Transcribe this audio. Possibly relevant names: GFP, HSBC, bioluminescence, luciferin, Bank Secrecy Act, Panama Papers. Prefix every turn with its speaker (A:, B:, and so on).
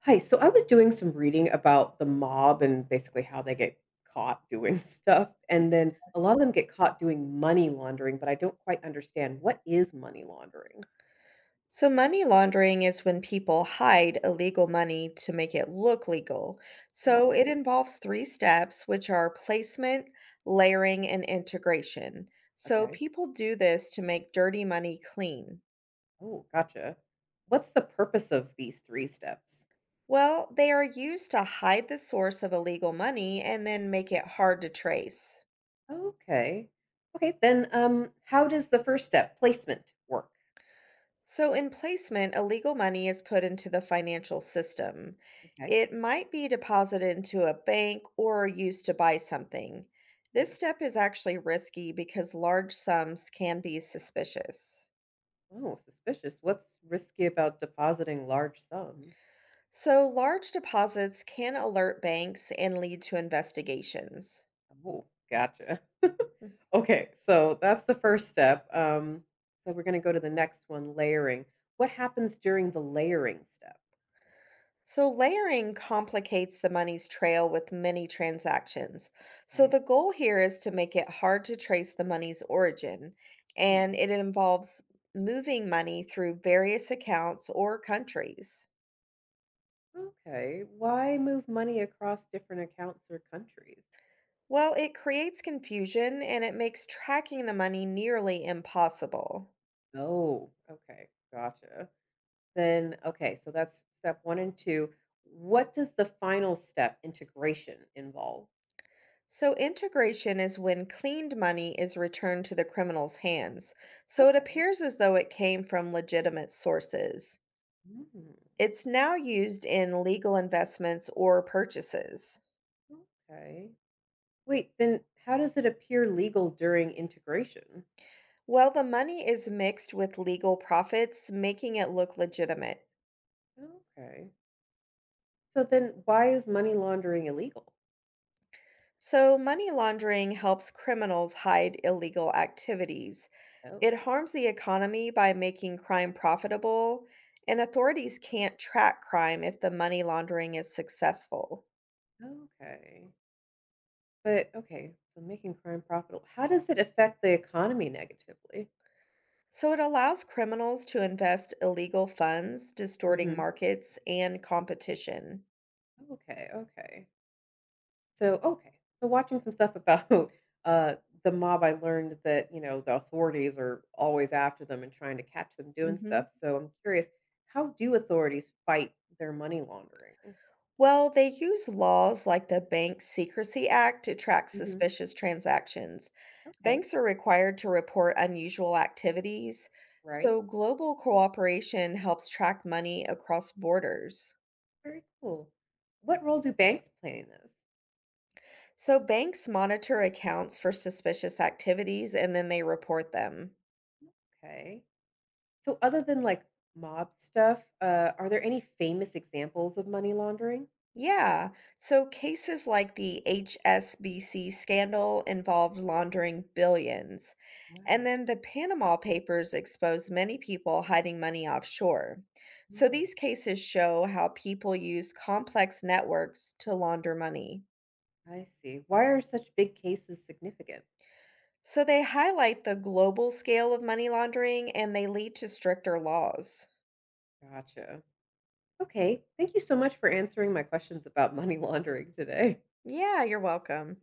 A: Hi. So I was doing some reading about the mob and basically how they get caught doing stuff. And then a lot of them get caught doing money laundering, but I don't quite understand, what is money laundering?
B: So, money laundering is when people hide illegal money to make it look legal. So, it
A: Okay.
B: involves three steps, which are placement, layering, and integration. So,
A: Okay.
B: people do this to make dirty money clean.
A: Oh, gotcha. What's the purpose of these three steps?
B: Well, they are used to hide the source of illegal money and then make it hard to trace.
A: Okay. Okay, then how does the first step, placement, work?
B: So, in placement, illegal money is put into the financial system.
A: Okay.
B: It might be deposited into a bank or used to buy something. This
A: Hmm.
B: step is actually risky because large sums can be suspicious.
A: Oh, suspicious. What's risky about depositing large sums?
B: So, large deposits can alert banks and lead to investigations.
A: Oh, gotcha. Okay, so that's the first step. So we're gonna go to the next one, layering. What happens during the layering step?
B: So, layering complicates the money's trail with many transactions. So,
A: Okay.
B: the goal here is to make it hard to trace the money's origin, and
A: Hmm.
B: it involves moving money through various accounts or countries.
A: Okay. Why move money across different accounts or countries?
B: Well, it creates confusion and it makes tracking the money nearly impossible.
A: Oh, okay. Gotcha. Then, okay, so that's step one and two. What does the final step, integration, involve?
B: So, integration is when cleaned money is returned to the criminal's hands. So, it
A: Okay.
B: appears as though it came from legitimate sources.
A: Hmm.
B: It's now used in legal investments or purchases.
A: Okay. Wait, then how does it appear legal during integration?
B: Well, the money is mixed with legal profits, making it look legitimate.
A: Okay. So then why is money laundering illegal?
B: So, money laundering helps criminals hide illegal activities.
A: Oh,
B: It harms the economy by making crime profitable, and authorities can't track crime if the money laundering is successful.
A: okay. But okay, so making crime profitable. How does it affect the economy negatively?
B: So, it allows criminals to invest illegal funds, distorting
A: Hmm.
B: markets and competition.
A: Okay, okay. So okay. So watching some stuff about uh the mob, I learned that, the authorities are always after them and trying to catch them doing
B: Mhm.
A: stuff. So I'm curious, how do authorities fight their money laundering?
B: Well, they use laws like the Bank Secrecy Act to track
A: Hmm.
B: suspicious transactions.
A: Okay,
B: Banks are required to report unusual activities, so
A: right.
B: global cooperation helps track money across borders.
A: Very cool. What role do banks play in this?
B: So banks monitor accounts for suspicious activities and then they report them.
A: Okay. So other than like mob stuff, are there any famous examples of money laundering?
B: Yeah. So cases like the HSBC scandal involved laundering billions. And
A: Wow.
B: then the Panama Papers exposed many people hiding money offshore.
A: Oh.
B: So these cases show how people use complex networks to launder money.
A: I see. Why are such big cases significant?
B: So they highlight the global scale of money laundering and they lead to stricter laws.
A: Gotcha. Okay. Thank you so much for answering my questions about money laundering today.
B: Yeah, you're welcome.